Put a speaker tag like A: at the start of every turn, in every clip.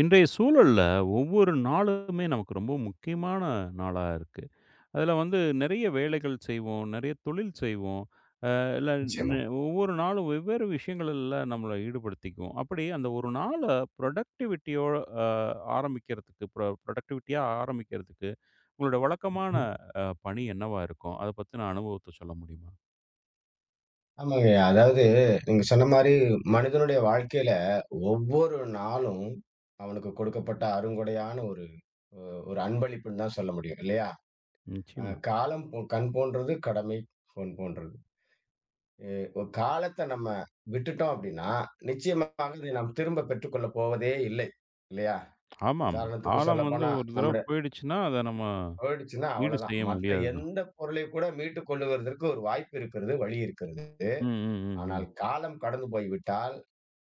A: இன்றைய சூழல்ல ஒவ்வொரு நாளுமே நமக்கு ரொம்ப முக்கியமான நாளா இருக்கு. அதுல வந்து நெறைய வேலைகள் செய்வோம், நெறைய தொழில் செய்வோம். அ இல்ல
B: நிச்சயமா.
A: நெ ஒவ்வொரு நாளும் வெவ்வேறு விஷயங்கள்ல நம்மள ஈடுபடுத்திக்குவோம். அப்படி அந்த ஒரு நாள ப்ரொடக்டிவிட்டியோ அ ஆரம்பிக்கிறதுக்கு ப்ரொடக்டிவிட்டியா ஆரம்பிக்கிறதுக்கு உங்களோட வழக்கமான
B: ம்.
A: பணி என்னவா இருக்கும்? அத பத்தின அனுபவத்த சொல்ல முடியுமா?
B: ஆமாங்க. அதாவது நீங்க சொன்ன மாரி மனிதனுடைய வாழ்க்கையில ஒவ்வொரு நாளும் அவனுக்கு கொடுக்கப்பட்ட அருங்கொடையான அ ஒரு அன்பளிப்புன்னு தான் சொல்ல முடியும் இல்லையா?
A: நிச்சயமா.
B: காலம் கண் போன்றது, கடமை பொன் போன்றது. எ ஒ காலத்த நம்ம விட்டுட்டோம் அப்படின்னா, நிச்சயமாக இதை நாம் திரும்ப பெற்றுக்கொள்ள போவதே இல்லை. இல்லையா?
A: ஆமாமா.
B: உதாரணத்துக்கு
A: காலம் வந்து
B: சொல்லப்போனா,
A: ஒரு தடவ
B: நம்முடைய
A: போயிடுச்சுன்னா, அத நம்ம
B: போயிடுச்சுன்னா
A: ஈடு
B: அவ்வளதான்.
A: செய்ய
B: மற்ற
A: முடியாது தான்.
B: எந்த பொருளை கூட மீட்டுக் கொள்ளுவதற்கு ஒரு வாய்ப்பு இருக்கிறது, வழி இருக்கிறது.
A: ம், ம், ம்,
B: ஆனால்
A: ம்.
B: காலம் கடந்து போய்விட்டால்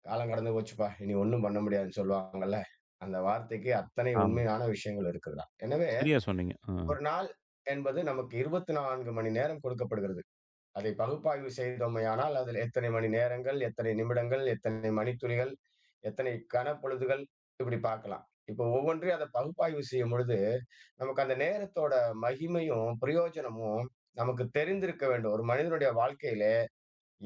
B: காலம் கடந்து போச்சுப்பா, இனி ஒண்ணும் பண்ண முடியாதுன்னு சொல்லுவாங்கல்ல. அந்த வார்த்தைக்கு அத்தனை
A: ஆமா.
B: உண்மையான விஷயங்கள் இருக்குதுடா. எனவே,
A: சரியா சொன்னீங்க.
B: ஒரு நாள் என்பது நமக்கு 24 மணி நேரம் கொடுக்கப்படுகிறது. அதை பகுப்பாய்வு செய்தோமேயானால், அதில் எத்தனை மணி நேரங்கள், எத்தனை நிமிடங்கள், எத்தனை மணித்துளிகள், எத்தனை கணப்பொழுதுகள் இப்படி பார்க்கலாம். இப்போ ஒவ்வொன்றையும் அதை பகுப்பாய்வு செய்யும் பொழுது, நமக்கு அந்த நேரத்தோட மகிமையும், பிரயோஜனமும் நமக்கு தெரிந்திருக்க வேண்டும். ஒரு மனிதனுடைய வாழ்க்கையிலே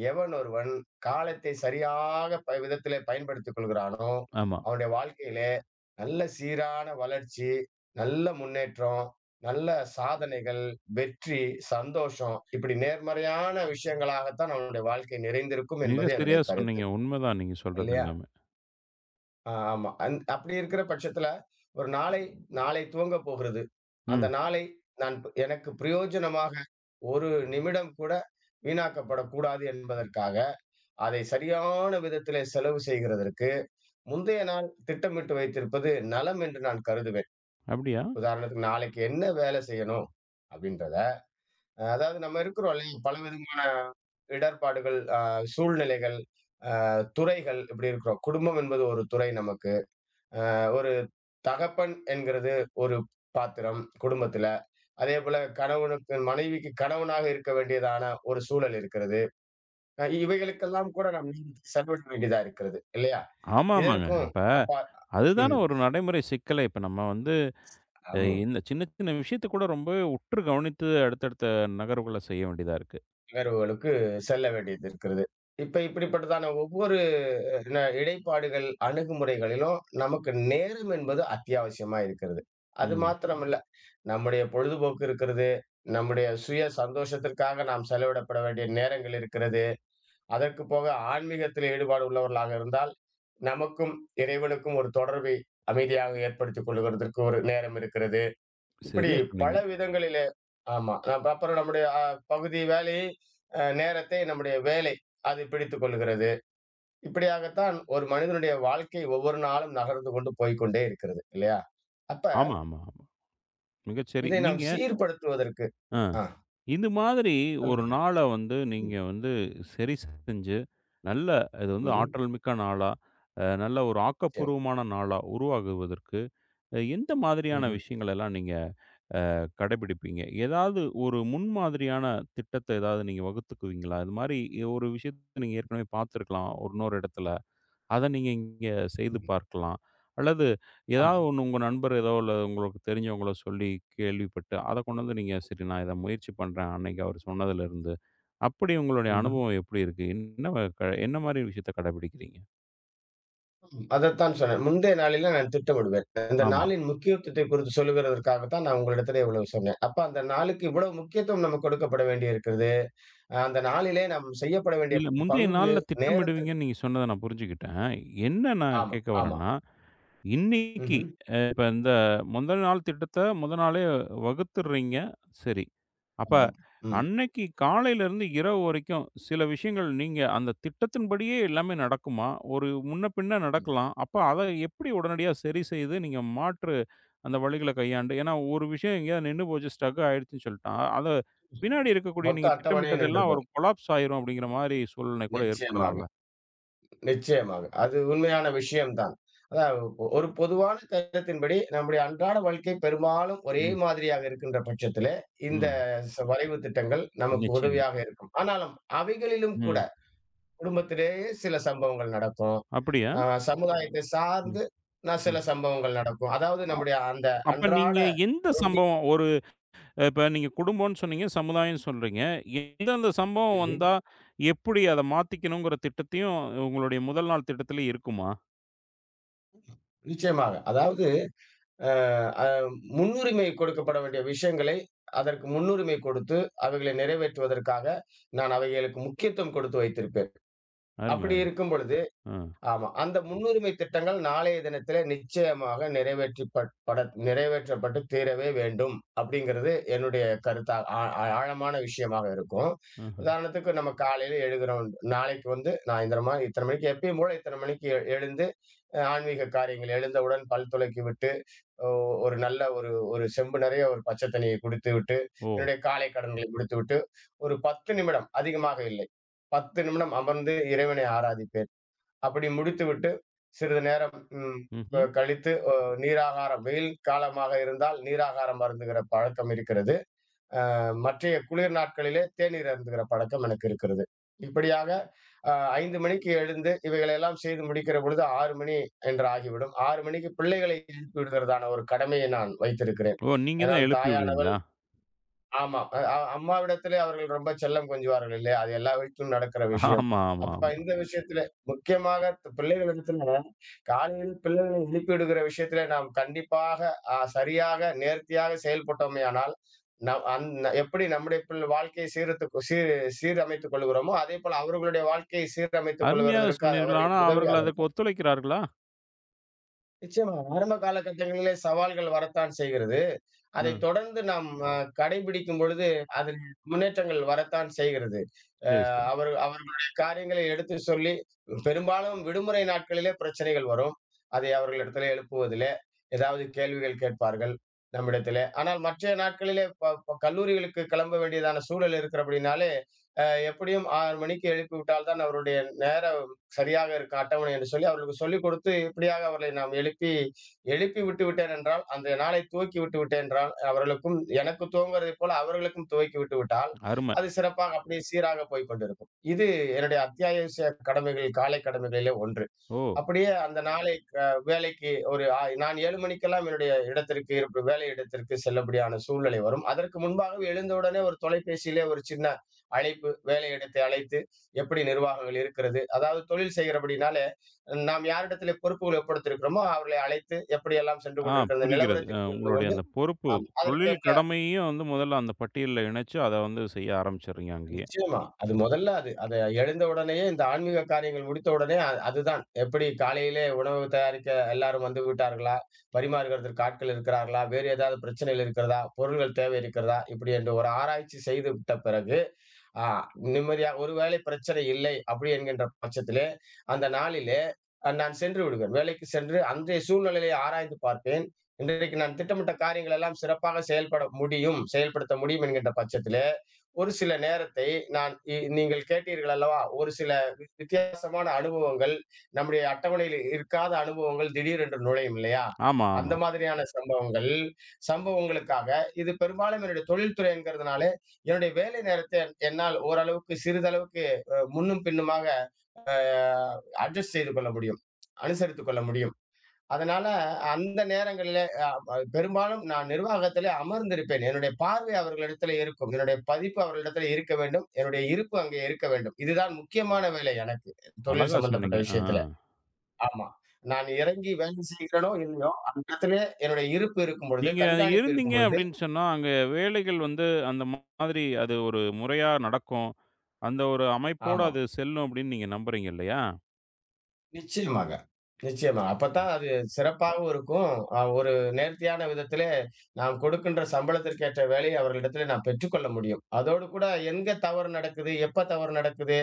B: எவன் ஒருவன் காலத்தை சரியாக விதத்திலே பயன்படுத்திக் கொள்கிறானோ,
A: ஆமா.
B: அவனுடைய வாழ்க்கையிலே நல்ல சீரான வளர்ச்சி, நல்ல முன்னேற்றம், நல்ல சாதனைகள், வெற்றி, சந்தோஷம் இப்படி நேர்மறையான விஷயங்களாகத்தான் அவனுடைய வாழ்க்கை நிறைந்திருக்கும்
A: மிக
B: என்பது
A: சரியா
B: என்னுடைய கருத்து.
A: சொன்னீங்க. உண்மதான் நீங்க சொல்றது
B: இல்லையா?
A: எல்லாமே.
B: ஆமா. அப்படி இருக்கிற பட்சத்தில ஒரு நாளை நாளை துவங்கப் போகிறது. அந்த
A: ம்.
B: நாளை நான் எனக்கு பிரயோஜனமாக ஒரு நிமிடம் கூட வீணாக்கப்படக்கூடாது என்பதற்காக அதை சரியான விதத்திலே செலவு செய்கிறதற்கு, முந்தைய நாள் திட்டமிட்டு வைத்திருப்பது நலம் என்று நான் கருதுவேன்.
A: அப்படியா?
B: உதாரணத்துக்கு நாளைக்கு என்ன வேலை செய்யணும்? அப்படின்றத, அதாவது நம்ம இருக்கிறோம் இல்லையா? பலவிதமான இடர்பாடுகள், சூழ்நிலைகள், துறைகள் இப்படி இருக்கிறோம். குடும்பம் என்பது ஒரு துறை நமக்கு. அ ஒரு தகப்பன் என்கிறது ஒரு பாத்திரம் குடும்பத்தில. அதேபோல கணவனுக்கு மனைவிக்கு கணவனாக இருக்க வேண்டியதான ஒரு சூழல் இருக்கிறது. இவைகளுக்கெல்லாம் கூட நாம் நேரத்தை செலவிட வேண்டியதா இருக்கிறது இல்லையா?
A: ஆமாமாங்க.
B: இதற்கும்
A: இப்ப
B: அப்பா ம்.
A: அதுதான ஒரு நடைமுறை சிக்கலே. இப்ப நம்ம வந்து
B: ஆமா.
A: இந்த சின்ன சின்ன விஷயத்த கூட ரொம்பவே உற்று கவனித்து அடுத்தடுத்த நகர்வுகள செய்ய வேண்டியதா இருக்கு.
B: நிகழ்வுகளுக்கு செல்ல வேண்டியது இருக்கிறது. இப்ப இப்படிப்பட்டதான ஒவ்வொரு இடைப்பாடுகள், அணுகுமுறைகளிலும் நமக்கு நேரம் என்பது அத்தியாவசியமா இருக்கிறது. அது
A: ம்.
B: மாத்திரமல்ல, நம்முடைய பொழுதுபோக்கு இருக்கிறது. நம்முடைய சுய சந்தோஷத்திற்காக நாம் செலவிடப்பட வேண்டிய நேரங்கள் இருக்கிறது. அதற்கு போக ஆன்மீகத்தில் ஈடுபாடு உள்ளவர்களாக இருந்தால், நமக்கும் இறைவனுக்கும் ஒரு தொடர்பை அமைதியாக ஏற்படுத்திக் கொள்ளுகிறதற்கு ஒரு நேரம் இருக்கிறது. இப்படி
A: சரியா
B: பல
A: சொன்னீங்க.
B: விதங்களிலே ஆமா. அப்புறம் நம்முடைய பகுதி வேலையை நேரத்தை நம்முடைய வேலை அது பிடித்துக் கொள்கிறது. இப்படியாகத்தான் ஒரு மனிதனுடைய வாழ்க்கை ஒவ்வொரு நாளும் நகர்ந்து கொண்டு போய்க்கொண்டே இருக்கிறது இல்லையா? அப்ப
A: ஆமா, ஆமா, ஆமா. மிகச்சரி.
B: இதை நாம்
A: நீங்க
B: சீர்படுத்துவதற்கு
A: அ
B: ஆ
A: இந்த மாதிரி ஒரு
B: சொல்லுங்க.
A: நாள வந்து நீங்க
B: ம்.
A: வந்து சரி செஞ்சு, நல்ல இது வந்து
B: ம்ஹ்ம்.
A: ஆற்றல் மிக்க நாளா, நல்ல ஒரு
B: நிச்சயமா.
A: ஆக்கப்பூர்வமான நாளா உருவாகுவதற்கு எந்த மாதிரியான
B: ம்ஹ்ம்.
A: விஷயங்களெல்லாம் நீங்க கடைபிடிப்பீங்க? ஏதாவது ஒரு முன்மாதிரியான திட்டத்த ஏதாவது நீங்க வகுத்துக்குவீங்களா? இது மாரி ஒரு விஷயத்த நீங்க ஏற்கனவே பார்த்துருக்கலாம், ஒரு இன்னொரு இடத்துல. அத நீங்க இங்க செய்து
B: ம்ஹ்ம்.
A: பார்க்கலாம். அல்லது
B: ஆமா.
A: ஏதாவது ஒண்ணு உங்க நண்பர் ஏதோ இல்ல உங்களுக்கு தெரிஞ்சவங்களோ சொல்லி கேள்விப்பட்டு, அத கொண்டு வந்து நீங்க சரி நான் இத முயற்சி பண்றேன் அன்னைக்கு அவர் சொன்னதுலருந்து. அப்படி உங்களுடைய
B: ம்ஹ்ம்.
A: அனுபவம் எப்படி இருக்கு? என்ன வ க என்ன மாரி விஷயத்த கடைபிடிக்கிறீங்க?
B: அதத்தான் சொன்னேன். முந்தைய நாளிலே நான் திட்டமிடுவேன். இந்த
A: ஆமா.
B: நாளின் முக்கியத்துவத்தை குறித்து சொல்லுகிறதற்காகத்தான் நான் உங்களிடத்திலே இவ்வளவு சொன்னேன். அப்ப அந்த நாளுக்கு இவ்வளவு முக்கியத்துவம் நம்ம கொடுக்கப்பட வேண்டி இருக்கிறது. அந்த நாளிலே நாம் செய்யப்பட வேண்டிய
A: இல்ல முந்தைய
B: பங்கு,
A: நாள்ல
B: நேரத்திற்கு
A: திட்டமிடுவீங்கன்னு நீங்க சொன்னத நான் புரிஞ்சுக்கிட்டேன். என்ன நான்
B: ஆமா,
A: கேட்க
B: ஆமா.
A: வரேன்னா, இன்னைக்கு
B: ம்ஹ்ம்.
A: அ இப்ப இந்த முதல் நாள் திட்டத்த முதல் நாளே வகுத்துடுறீங்க. சரி. அப்ப
B: ஆமாம். ம்.
A: அன்னைக்கு காலையிலருந்து இரவு வரைக்கும் சில விஷயங்கள் நீங்க அந்த திட்டத்தின்படியே எல்லாமே நடக்குமா? ஒரு முன்ன பின்ன நடக்கலாம். அப்ப அத எப்படி உடனடியா சரி செய்து நீங்க மாற்று அந்த வழிகள கையாண்டு ஏன்னா ஒரு விஷயம் எங்கேயாவது நின்னு போச்சு ஸ்டக் ஆயிடுச்சுன்னு சொல்ட்டா, அத பின்னாடி இருக்கக்கூடிய
B: மொத்த
A: நீங்க
B: அட்டவணையும் நின்று
A: திட்டமிட்டதெல்லாம் ஒரு
B: போகும்.
A: கொலாப்ஸ் ஆயிரும் அப்படிங்கிற மாரி சூழ்நிலை கூட
B: நிச்சயமாக.
A: ஏற்படலாம்ல?
B: நிச்சயமாக. அது உண்மையான விஷயம் தான். அதான் ஒரு பொதுவான கருத்தின்படி நம்முடைய அன்றாட வாழ்க்கை பெரும்பாலும் ஒரே
A: ம்,
B: மாதிரியாக இருக்கின்ற பட்சத்திலே, இந்த
A: ம்.
B: வரைவு திட்டங்கள் நமக்கு
A: நிச்சயமா.
B: உதவியாக இருக்கும். ஆனாலும் அவைகளிலும் கூட
A: ம்.
B: குடும்பத்திலேயே சில சம்பவங்கள் நடக்கும்.
A: அப்படியா?
B: அ சமுதாயத்தை
A: ம்,
B: சார்ந்து நான் சில
A: ம்.
B: சம்பவங்கள் நடக்கும். அதாவது நம்முடைய அந்த
A: அப்ப
B: அன்றாட
A: நீங்க எந்த
B: ரொட்டீன்
A: சம்பவம் ஒரு இப்ப நீங்க குடும்பம்னு சொன்னீங்க, சமுதாயம்னு சொல்றீங்க. எந்தெந்த சம்பவம்
B: ம்ஹ்ம்.
A: வந்தா, எப்படி அத மாத்திக்கணுங்கிற திட்டத்தையும் உங்களுடைய முதல் நாள் திட்டத்திலே இருக்குமா?
B: நிச்சயமாக. அதாவது அ அ முன்னுரிமை கொடுக்கப்பட வேண்டிய விஷயங்களை, அதற்கு முன்னுரிமை கொடுத்து, அவைகளை நிறைவேற்றுவதற்காக, நான் அவைகளுக்கு முக்கியத்துவம் கொடுத்து வைத்திருப்பேன்.
A: அருமை,
B: அப்படி
A: அருமை.
B: இருக்கும் பொழுது
A: அ,
B: ஆமா. அந்த முன்னுரிமை திட்டங்கள் நாளைய தினத்திலே நிச்சயமாக நிறைவேற்றிப்பட் பட நிறைவேற்றப்பட்டு தீரவே வேண்டும். அப்படிங்கிறது என்னுடைய கருத்தா ஆ ஆ ஆழமான விஷயமாக இருக்கும்.
A: ம்ஹ்ம்.
B: உதாரணத்துக்கு நம்ம காலையில எழுகிறோம். நாளைக்கு வந்து நான் இந்த மாரி இத்தன மணிக்கு எப்பயும் போல இத்தன மணிக்கு எழுந்து ஆன்மீக காரியங்கள் எழுந்தவுடன் பல் துலக்கி விட்டு ஒ ஒரு நல்ல ஒரு ஒரு செம்பு நிறைய ஒரு பச்சை தண்ணியை குடித்துவிட்டு,
A: ஓ!
B: என்னுடைய காலை கடன்களை முடித்துவிட்டு, ஒரு 10 நிமிடம் அதிகமாக இல்லை. 10 நிமிடம் அமர்ந்து இறைவனை ஆராதிப்பேன். அப்படி முடித்துவிட்டு, சிறிது நேரம் ம் க
A: ம்ஹ்ம்.
B: கழித்து, நீராகாரம் வெயில் காலமாக இருந்தால் நீராகாரம் அருந்துகிற பழக்கம் இருக்கிறது. மற்றைய குளிர் நாட்களிலே தேநீர் அருந்துகிற பழக்கம் எனக்கு இருக்கிறது. இப்படியாக அ 5 மணிக்கு எழுந்து இவைகளெல்லாம் செய்து முடிக்கிற பொழுது 6 மணி என்று ஆகிவிடும். 6 மணிக்கு பிள்ளைகளை எழுப்பி விடுகிறதான ஒரு கடமையை நான் வைத்திருக்கிறேன்.
A: ஓ! நீங்க தான்
B: ஏனால்
A: எழுப்பி
B: தாயான
A: விடுவீங்களா?
B: ஆமா. அ அ அம்மாவிடத்திலே அவர்கள் ரொம்ப செல்லம் கொஞ்சுவார்கள் இல்லையா? அது எல்லா வீட்டிலும் நடக்கிற விஷயம்.
A: ஆமா, ஆமா,
B: அப்ப
A: ஆமா.
B: இந்த விஷயத்திலே முக்கியமாக பிள்ளைகளிடத்தில காலையில் பிள்ளைகளை எழுப்பிவிடுகிற விஷயத்திலே நாம் கண்டிப்பாக சரியாக, நேர்த்தியாக செயல்பட்டோமேயானால், நம் அந் எப்படி நம்முடைய வாழ்க்கையை சீரத்து சீர் சீரமைத்துக் கொள்கிறோமோ, அதேபோல அவர்களுடைய வாழ்க்கையை சீரமைத்துக்
A: அருமையாக
B: கொள்வதற்கு
A: சொன்னீர்கள். ஆனா,
B: அவர்களுக்கு
A: அவர்கள்
B: உதவியாக
A: அதற்கு
B: இருக்கும்.
A: ஒத்துழைக்கிறார்களா?
B: நிச்சயமா ஆரம்ப காலகட்டங்களிலே சவால்கள் வரத்தான் செய்கிறது. அதைத்
A: ம்.
B: தொடர்ந்து நாம் கடைபிடிக்கும் பொழுது, அதில் முன்னேற்றங்கள் வரத்தான் செய்கிறது. அ
A: சரி, சரி.
B: அவர் அவர்களுடைய காரியங்களை எடுத்துச் சொல்லி, பெரும்பாலும் விடுமுறை நாட்களிலே பிரச்சனைகள் வரும். அதை அவர்களிடத்திலே எழுப்புவதிலே, ஏதாவது கேள்விகள் கேட்பார்கள் நம்மிடத்திலே. ஆனால் மற்றைய நாட்களிலே ப ப கல்லூரிகளுக்கு கிளம்ப வேண்டியதான சூழல் இருக்கிறபடினாலே, அ எப்படியும் 6 மணிக்கு எழுப்பிவிட்டால் தான் அவருடைய நேரம் சரியாக இருக்கும் அட்டவணை என்று சொல்லி அவர்களுக்கு சொல்லிக் கொடுத்து, இப்படியாக அவர்களை நாம் எழுப்பி எழுப்பி விட்டு விட்டேன் என்றால், அந்த நாளை துவக்கி விட்டு விட்டேன் என்றால், அவர்களுக்கும் எனக்கு துவங்குவதைப் போல அவர்களுக்கும் துவக்கி விட்டு விட்டால்,
A: அருமை.
B: அது சிறப்பாக அப்படியே சீராக போய்க் கொண்டிருக்கும். இது என்னுடைய அத்தியாவசிய கடமைகள், காலை கடமைகளிலே ஒன்று.
A: ஓ!
B: அப்படியே அந்த நாளை வேலைக்கு ஒரு ஆ நான் 7 மணிக்கெல்லாம் என்னுடைய இடத்திற்கு இருப்பு வேலை இடத்திற்கு செல்லப்படியான சூழ்நிலை வரும். அதற்கு முன்பாகவே எழுந்தவுடனே ஒரு தொலைபேசியிலே ஒரு சின்ன அழைப்பு, வேலை இடத்தை அழைத்து, எப்படி நிர்வாகங்கள் இருக்கிறது? அதாவது தொழில் செய்கிறபடினாலே, நாம் யாரிடத்திலே பொறுப்புகள் ஒப்படைத்திருக்கிறோமோ, அவர்களை அழைத்து எப்படியெல்லாம் சென்று
A: ஆ
B: கொண்டிருக்கிறது
A: புரிகிறது.
B: நிலவரத்தை புரிந்து
A: உங்களுடைய
B: கொண்டு
A: அந்த பொறுப்பு,
B: ஆமா
A: தொழில்
B: அதற்கேற்ற
A: கடமையையும் வந்து முதல்ல அந்த பட்டியல்ல இணைச்சு, அத வந்து செய்ய ஆரம்பிச்சுடுறீங்க அங்கேயே.
B: நிச்சயமா. அது முதல்ல அது அத எழுந்த உடனேயே இந்த ஆன்மீக காரியங்கள் முடித்த உடனே அதுதான். எப்படி காலையிலே உணவு தயாரிக்க எல்லாரும் வந்து விட்டார்களா? பரிமாறுகிறதற்கு ஆட்கள் இருக்கிறார்களா? வேறு ஏதாவது பிரச்சனைகள் இருக்கிறதா? பொருள்கள் தேவை இருக்கிறதா? இப்படி என்று ஒரு ஆராய்ச்சி செய்து விட்ட பிறகு ஆ நிம்மதியா ஒருவேளை பிரச்சனை இல்லை அப்படி என்கின்ற பட்சத்திலே, அந்த நாளிலே நான் சென்று விடுவேன். வேலைக்கு சென்று அன்றைய சூழ்நிலையை ஆராய்ந்து பார்ப்பேன். இன்றைக்கு நான் திட்டமிட்ட காரியங்கள் எல்லாம் சிறப்பாக செயல்பட முடியும், செயல்படுத்த முடியும் என்கின்ற பட்சத்திலே, ஒரு சில நேரத்தை நான் நீங்கள் கேட்டீர்கள் அல்லவா? ஒரு சில வித்தியாசமான அனுபவங்கள், நம்முடைய அட்டவணையில் இருக்காத அனுபவங்கள் திடீரென்று நுழையும் இல்லையா?
A: ஆமா,
B: அந்த
A: ஆமா.
B: மாதிரியான சம்பவங்கள், சம்பவங்களுக்காக இது பெரும்பாலும் என்னுடைய தொழில்துறைங்கிறதுனால என்னுடைய வேலை நேரத்தை என்னால் ஓரளவுக்கு சிறிதளவுக்கு முன்னும் பின்னுமாக அ அட்ஜஸ்ட் செய்து கொள்ள முடியும். அனுசரித்துக் கொள்ள முடியும். அதனால அந்த நேரங்களிலே அ அ பெரும்பாலும் நான் நிர்வாகத்திலே அமர்ந்திருப்பேன். என்னுடைய பார்வை அவர்களிடத்திலே இருக்கும். என்னுடைய பதிப்பு அவர்களிடத்திலே இருக்க வேண்டும். என்னுடைய இருப்பு அங்கே இருக்க வேண்டும். இதுதான் முக்கியமான வேலை எனக்கு. தொழில்
A: அழகா
B: சம்பந்தப்பட்ட
A: சொன்னீங்க. ஆ.
B: விஷயத்தில. ஆமா. நான் இறங்கி வேலை செய்கிறேனோ! இல்லையோ! அந்த இடத்திலே என்னுடைய இருப்பு இருக்கும் பொழுது,
A: நீங்க
B: கண்காணிப்பு இருக்கும்
A: இருந்தீங்க
B: பொழுது
A: அப்படின்னு சொன்னா, அங்க வேலைகள் வந்து அந்த மாதிரி அது ஒரு முறையா நடக்கும். அந்த ஒரு அமைப்போட
B: ஆமா.
A: அது செல்லும் அப்படின்னு நீங்க நம்புறீங்க இல்லையா?
B: நிச்சயமாக, நிச்சயமா. அப்பத்தான் அது சிறப்பாகவும் இருக்கும். ஒரு நேர்த்தியான விதத்திலே நாம் கொடுக்கின்ற சம்பளத்திற்கு ஏற்ற வேலையை அவர்களிடத்திலே நாம் பெற்றுக்கொள்ள முடியும். அதோடு கூட எங்க தவறு நடக்குது, எப்ப தவறு நடக்குது,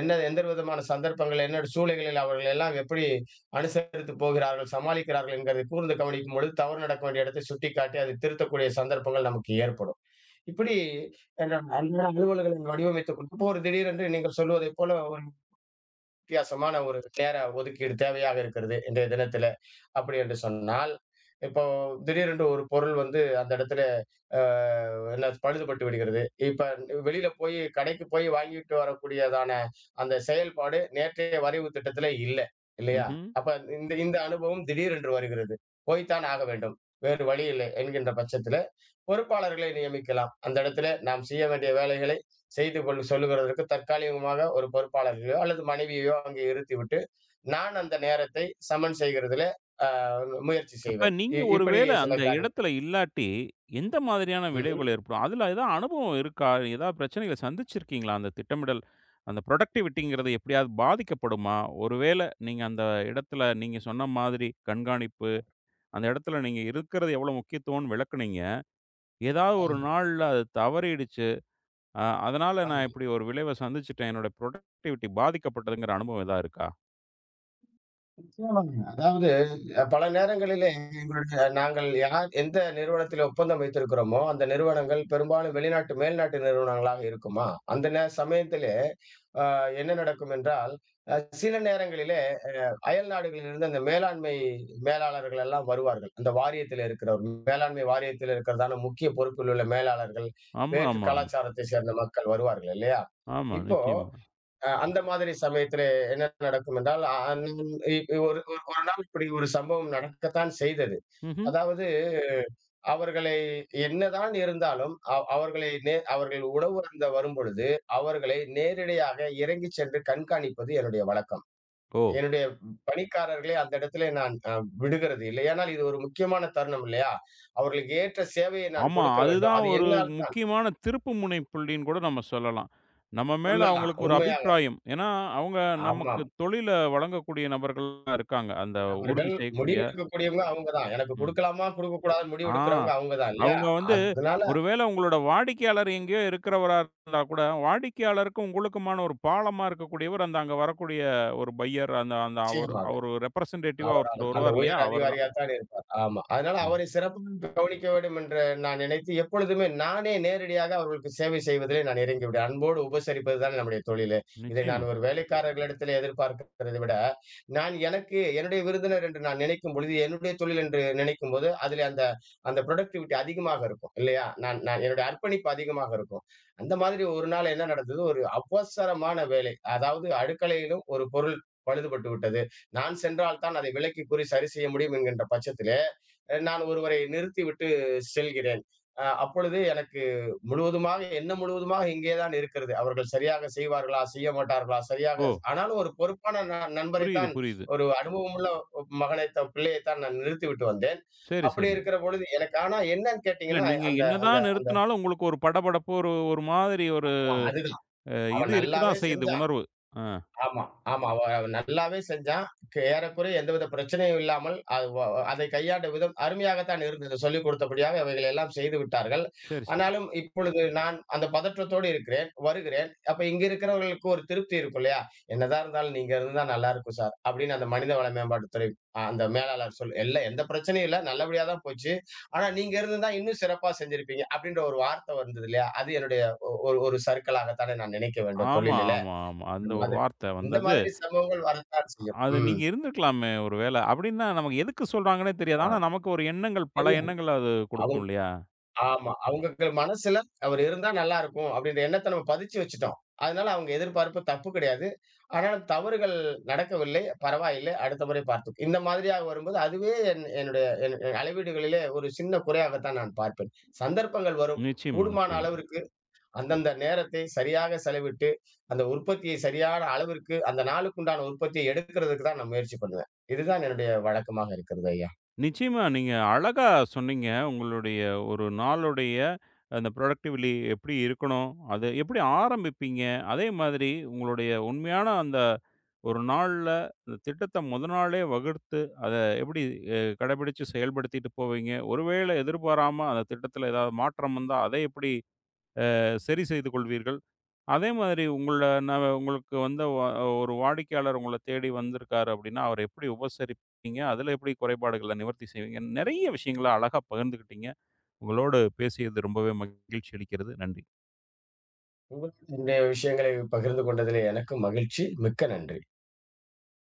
B: என்ன எந்த விதமான சந்தர்ப்பங்கள், என்ன சூழ்நிலைகளில் அவர்கள் எல்லாம் எப்படி அனுசரித்து போகிறார்கள், சமாளிக்கிறார்கள் என்கிறதை கூர்ந்து கவனிக்கும் பொழுது, தவறு நடக்க வேண்டிய இடத்தை சுட்டிக்காட்டி, அதை திருத்தக்கூடிய சந்தர்ப்பங்கள் நமக்கு ஏற்படும். இப்படி என்ற அன்றாட அலுவல்களை வடிவமைத்துக் கொண்டு, இப்போ ஒரு திடீரென்று நீங்கள் சொல்வதைப் போல ஒரு வித்தியாசமான ஒரு நேர ஒதுக்கீடு தேவையாக இருக்கிறது இன்றைய தினத்தில. அப்படி என்று சொன்னால், இப்போ திடீரென்று ஒரு பொருள் வந்து அந்த இடத்துல அ என்ன பழுதுபட்டு விடுகிறது. இப்ப வெளியில போய் கடைக்கு போய் வாங்கிட்டு வரக்கூடியதான அந்த செயல்பாடு நேற்றைய வரைவு திட்டத்தில இல்ல, இல்லையா?
A: ம்ஹ்ம்.
B: அப்ப இந்த இந்த அனுபவம் திடீரென்று வருகிறது. போய்த்தான் ஆக வேண்டும். வேறு வழி இல்லை என்கின்ற பட்சத்தில, பொறுப்பாளர்களை நியமிக்கலாம். அந்த இடத்தில நாம் செய்ய வேண்டிய வேலைகள செய்து கொள் சொல்லுகிறதற்கு தற்காலிகமாக ஒரு பொறுப்பாளர்களையோ அல்லது மனைவியையோ அங்கே இருத்திவிட்டு, நான் அந்த நேரத்தை சமன் செய்கிறதிலே அ முயற்சி
A: அப்ப
B: செய்வேன்.
A: நீங்க ஒரு
B: இப்படி
A: வேள
B: சில
A: அந்த
B: காரியம்.
A: இடத்துல இல்லாட்டி, எந்த மாதிரியான
B: ம்ஹ்ம்.
A: விளைவுகள் ஏற்படும்? அதுல ஏதாவது அனுபவம் இருக்கா? ஏதாவது பிரச்சனைகள சந்திச்சிருக்கீங்களா? அந்த திட்டமிடல், அந்த புரொடக்டிவிட்டிங்கிறது எப்படியாவது பாதிக்கப்படுமா? ஒருவேள நீங்க அந்த இடத்துல நீங்க சொன்ன மாதிரி கண்காணிப்பு, அந்த இடத்துல நீங்க இருக்கிறது எவ்வளவு முக்கியத்துவம்னு விளக்குனீங்க. ஏதாவது ஒரு
B: ஆமா,
A: நாள்ல அது தவறிடுச்சு. அதனால நான்
B: ஆமா.
A: இப்படி ஒரு விளைவ சந்திச்சுட்டேன். என்னோட புரொடக்டிவிட்டி பாதிக்கப்பட்டதுங்கிற அனுபவம் எதா இருக்கா?
B: நிச்சயமாக. அதாவது பல நேரங்களிலே எங்களுடைய நாங்கள் யார் எந்த நிறுவனத்தில ஒப்பந்தம் வைத்திருக்கிறோமோ, அந்த நிறுவனங்கள் பெரும்பாலும் வெளிநாட்டு மேல்நாட்டு நிறுவனங்களாக இருக்குமா? அந்த சமயத்திலே அ என்ன நடக்கும் என்றால், அ சில நேரங்களிலே அ அயல் நாடுகளிலிருந்து அந்த மேலாண்மை மேலாளர்கள் எல்லாம் வருவார்கள். அந்த வாரியத்திலே இருக்கிறவர் மேலாண்மை வாரியத்தில் இருக்கிறதான முக்கிய பொறுப்பில் உள்ள மேலாளர்கள்,
A: ஆமா,
B: வேற்று
A: ஆமா, ஆமா.
B: கலாச்சாரத்தை சேர்ந்த மக்கள் வருவார்கள் இல்லையா?
A: ஆமா,
B: இப்போ
A: நிச்சயமா.
B: அந்த மாதிரி சமயத்திலே என்ன நடக்கும் என்றால், அன்னைக்கு இ இ- ஒரு ஒரு ஒரு நாள் இப்படி ஒரு சம்பவம் நடக்கத்தான் செய்தது.
A: ம்ஹ்ம்.
B: அதாவது அவர்களை என்னதான் இருந்தாலும், அவர்களை அவர்கள் உணவு அருந்த வரும்பொழுது, அவர்களை நேரிடையாக இறங்கிச் சென்று கண்காணிப்பது என்னுடைய வழக்கம்.
A: ஓ!
B: என்னுடைய பணிக்காரர்களை அந்த இடத்திலே நான் விடுகிறது இல்லை. ஏனால் இது ஒரு முக்கியமான தருணம் இல்லையா? அவர்களுக்கு ஏற்ற சேவையை நான்
A: ஆமா.
B: கொடுக்க வேண்டும்.
A: அதுதான்
B: அது
A: ஒரு
B: என்னால் தான்
A: முக்கியமான திருப்புமுனை புள்ளின்னு கூட நம்ம சொல்லலாம். நம்ம மேல
B: சொல்லலாம்.
A: அவங்களுக்கு ஒரு
B: உண்மையா
A: அபிப்பிராயம். ஏன்னா, அவங்க
B: ஆமா.
A: நமக்கு தொழில வழங்கக்கூடிய நபர்களா இருக்காங்க. அந்த
B: அவர்கள்
A: உறுதி செய்யக்கூடிய
B: முடிவெடுக்கக்கூடியவங்க அவங்க தான். எனக்கு
A: ம்.
B: குடுக்கலாமா, குடுக்கக்கூடாதான்னு
A: ஆ.
B: முடிவெடுக்கிறவங்க அவங்க தான் இல்லையா?
A: அவங்க வந்து
B: அதனால
A: ஒருவேள உங்களோட வாடிக்கையாளர் எங்கேயோ இருக்கிறவரா இருந்தா கூட, வாடிக்கையாளருக்கும் உங்களுக்குமான ஒரு பாலமா இருக்கக்கூடியவர், அந்த அங்க வரக்கூடிய ஒரு பையர் அந்த அந்த அவரு
B: நிச்சயமாக.
A: அவரு ரெப்ரசன்டேட்டிவா
B: அவர் அந்த
A: ஒருத்தர்
B: அந்த
A: வருவார் இல்லையா?
B: உயர்
A: அவர் தான்.
B: அதிகாரியாத்தான் இருப்பார். ஆமா. அதனால
A: ம்.
B: அவரை சிறப்பாக கவனிக்க வேண்டும் என்று நான் நினைத்து, எப்பொழுதுமே நானே நேரடியாக அவர்களுக்கு சேவை செய்வதிலே நான் இறங்கிவிடுவேன். அன்போடு உபசரிப்பது தான் நம்முடைய தொழிலே. இதை
A: நிச்சயமா.
B: நான் ஒரு வேலைக்காரர்களிடத்திலே எதிர்பார்க்கிறதை விட, நான் எனக்கு என்னுடைய விருந்தினர் என்று நான் நினைக்கும் பொழுது, என்னுடைய தொழில் என்று நினைக்கும்போது, அதிலே அந்த அந்த புரொடக்டிவிட்டி அதிகமாக இருக்கும். இல்லையா? நான் நான் என்னுடைய அர்ப்பணிப்பு அதிகமாக இருக்கும். அந்த மாதிரி ஒரு நாள் என்ன நடந்தது, ஒரு அவசரமான வேலை. அதாவது அடுக்கலையிலும் ஒரு பொருள் பழுதுபட்டு விட்டது. நான் சென்றால் தான் அதை விலைக்கு கூறி சரி செய்ய முடியும் என்கின்ற பட்சத்திலே, நான் ஒருவரை நிறுத்திவிட்டு செல்கிறேன். அப்பொழுது எனக்கு முழுவதுமாக எண்ணம் முழுவதுமாக இங்கே தான் இருக்கிறது. அவர்கள் சரியாக செய்வார்களா? செய்ய மாட்டார்களா? சரியாக
A: ஓ!
B: ஆனாலும் ஒரு பொறுப்பான
A: புரியுது,
B: நண்பரைத்தான்
A: புரியுது.
B: ஒரு அனுபவமுள்ள பிள்ளையைத்தான் நான் நிறுத்திவிட்டு வந்தேன்.
A: சரி,
B: அப்படி
A: சரி.
B: இருக்கிற பொழுது எனக்கு ஆனா என்னன்னு
A: இல்ல
B: கேட்டீங்கன்னா,
A: நீங்க
B: அந்த அந்த
A: என்னதான்
B: அந்த
A: நிறுத்தினாலும் உங்களுக்கு ஒரு படபடப்பு ஒரு ஒரு மாதிரி ஒரு
B: அதுதான்.
A: அ இது
B: அவன் நல்லாவே
A: இருக்கதான் செய்யுது
B: செஞ்சு
A: உணர்வு. ஆ.
B: ஆமா, ஆமா. அவ அவ நல்லாவே செஞ்சான். ஏறக்குறைய எந்தவித பிரச்சனையும் இல்லாமல், அது அதை கையாண்ட விதம் அருமையாகத்தான் இருந்தது. சொல்லிக் கொடுத்தபடியாக அவைகளை எல்லாம் செய்து விட்டார்கள்.
A: சரி, சரி.
B: ஆனாலும் இப்பொழுது நான் அந்த பதற்றத்தோடு இருக்கிறேன், வருகிறேன். அப்ப இங்க இருக்கிறவர்களுக்கு ஒரு திருப்தி இருக்கும் இல்லையா? "என்னதான் இருந்தாலும் நீங்க இருந்தா நல்லா இருக்கும் சார்." அப்படின்னு அந்த மனிதவள மேம்பாட்டுத்துறை அந்த மேலாளர் சொல் "இல்ல எந்த பிரச்சனையும் இல்ல. நல்லபடியா தான் போச்சு. ஆனா நீங்க இருந்திருந்தா இன்னும் சிறப்பா செஞ்சிருப்பீங்க." அப்படின்ற ஒரு வார்த்தை வந்தது இல்லையா? அது என்னுடைய ஒ ஒரு ஒரு சறுக்கலாகத்தானே நான் நினைக்க வேண்டும்
A: ஆமா,
B: தொழிலில.
A: ஆமா, ஆமா.
B: இந்த
A: அந்த ஒரு
B: மாதிரி
A: வார்த்தை
B: இந்த
A: வந்தது.
B: மாதிரி சம்பவங்கள் வரத்தான் செய்யும்.
A: அது
B: ம்.
A: நீங்க இருந்திருக்கலாமே ஒரு வேள. அப்டின்னா நமக்கு எதுக்கு சொல்றாங்கன்னே தெரியாது.
B: ஆ.
A: ஆனா நமக்கு ஒரு எண்ணங்கள், பல
B: தெரியும்.
A: எண்ணங்கள் அது
B: அவுங்
A: குடுக்கும் இல்லையா?
B: ஆமா. அவுங்களுக்கு மனசுல அவர் இருந்தா நல்லா இருக்கும் அப்டின்ற எண்ணத்த நம்ம பதிச்சு வச்சுட்டோம். அதனால அவங்க எதிர்பார்ப்பு தப்பு கிடையாது. ஆனாலும் தவறுகள் நடக்கவில்லை. பரவாயில்லை. அடுத்த முறை பார்த்துக் இந்த மாதிரியாக வரும்போது அதுவே என் என்னுடைய என் என் அளவீடுகளிலே ஒரு சின்ன குறையாகத்தான் நான் பார்ப்பேன். சந்தர்ப்பங்கள் வரும்.
A: நிச்சயமா,
B: கூடுமான
A: நிச்சயமா.
B: அளவிற்கு அந்தந்த நேரத்தை சரியாக செலவிட்டு, அந்த உற்பத்தியை சரியான அளவிற்கு அந்த நாளுக்குண்டான உற்பத்தியை எடுக்கிறதுக்கு தான் நான் முயற்சி பண்ணுவேன். இதுதான் என்னுடைய வழக்கமாக இருக்கிறது ஐயா.
A: நிச்சயமா நீங்க அழகா சொன்னீங்க. உங்களுடைய ஒரு நாளுடைய அந்த ப்ரொடக்டிவ்லி எப்டி இருக்கணும்? அது எப்டி ஆரம்பிப்பீங்க? அதே மாதிரி உங்களுடைய உண்மையான அந்த ஒரு நாள்ல அந்த திட்டத்த மொத நாளே வகுத்து, அத எப்டி கடைபிடிச்சு செயல்படுத்திட்டு போவீங்க? ஒருவேள எதிர்பாராம அந்த திட்டத்துல ஏதாவது மாற்றம் வந்தா, அதை எப்டி சரி செய்து கொள்வீர்கள்? அதே மாதிரி உங்களுக்கு வந்த வ ஒரு வாடிக்கையாளர் உங்கள தேடி வந்திருக்காரு அப்படின்னா, அவர எப்படி உபசரிப்பீங்க? அதில எப்படி குறைபாடுகள நிவர்த்தி செய்வீங்க? நெறைய விஷயங்கள அழகா பகிர்ந்துக்கிட்டீங்க. உங்களோடு பேசியது ரொம்பவே மகிழ்ச்சி அளிக்கிறது. நன்றி.
B: உங்களுடன் என்னுடைய விஷயங்களை பகிர்ந்து கொண்டதிலே எனக்கும் மகிழ்ச்சி. மிக்க நன்றி.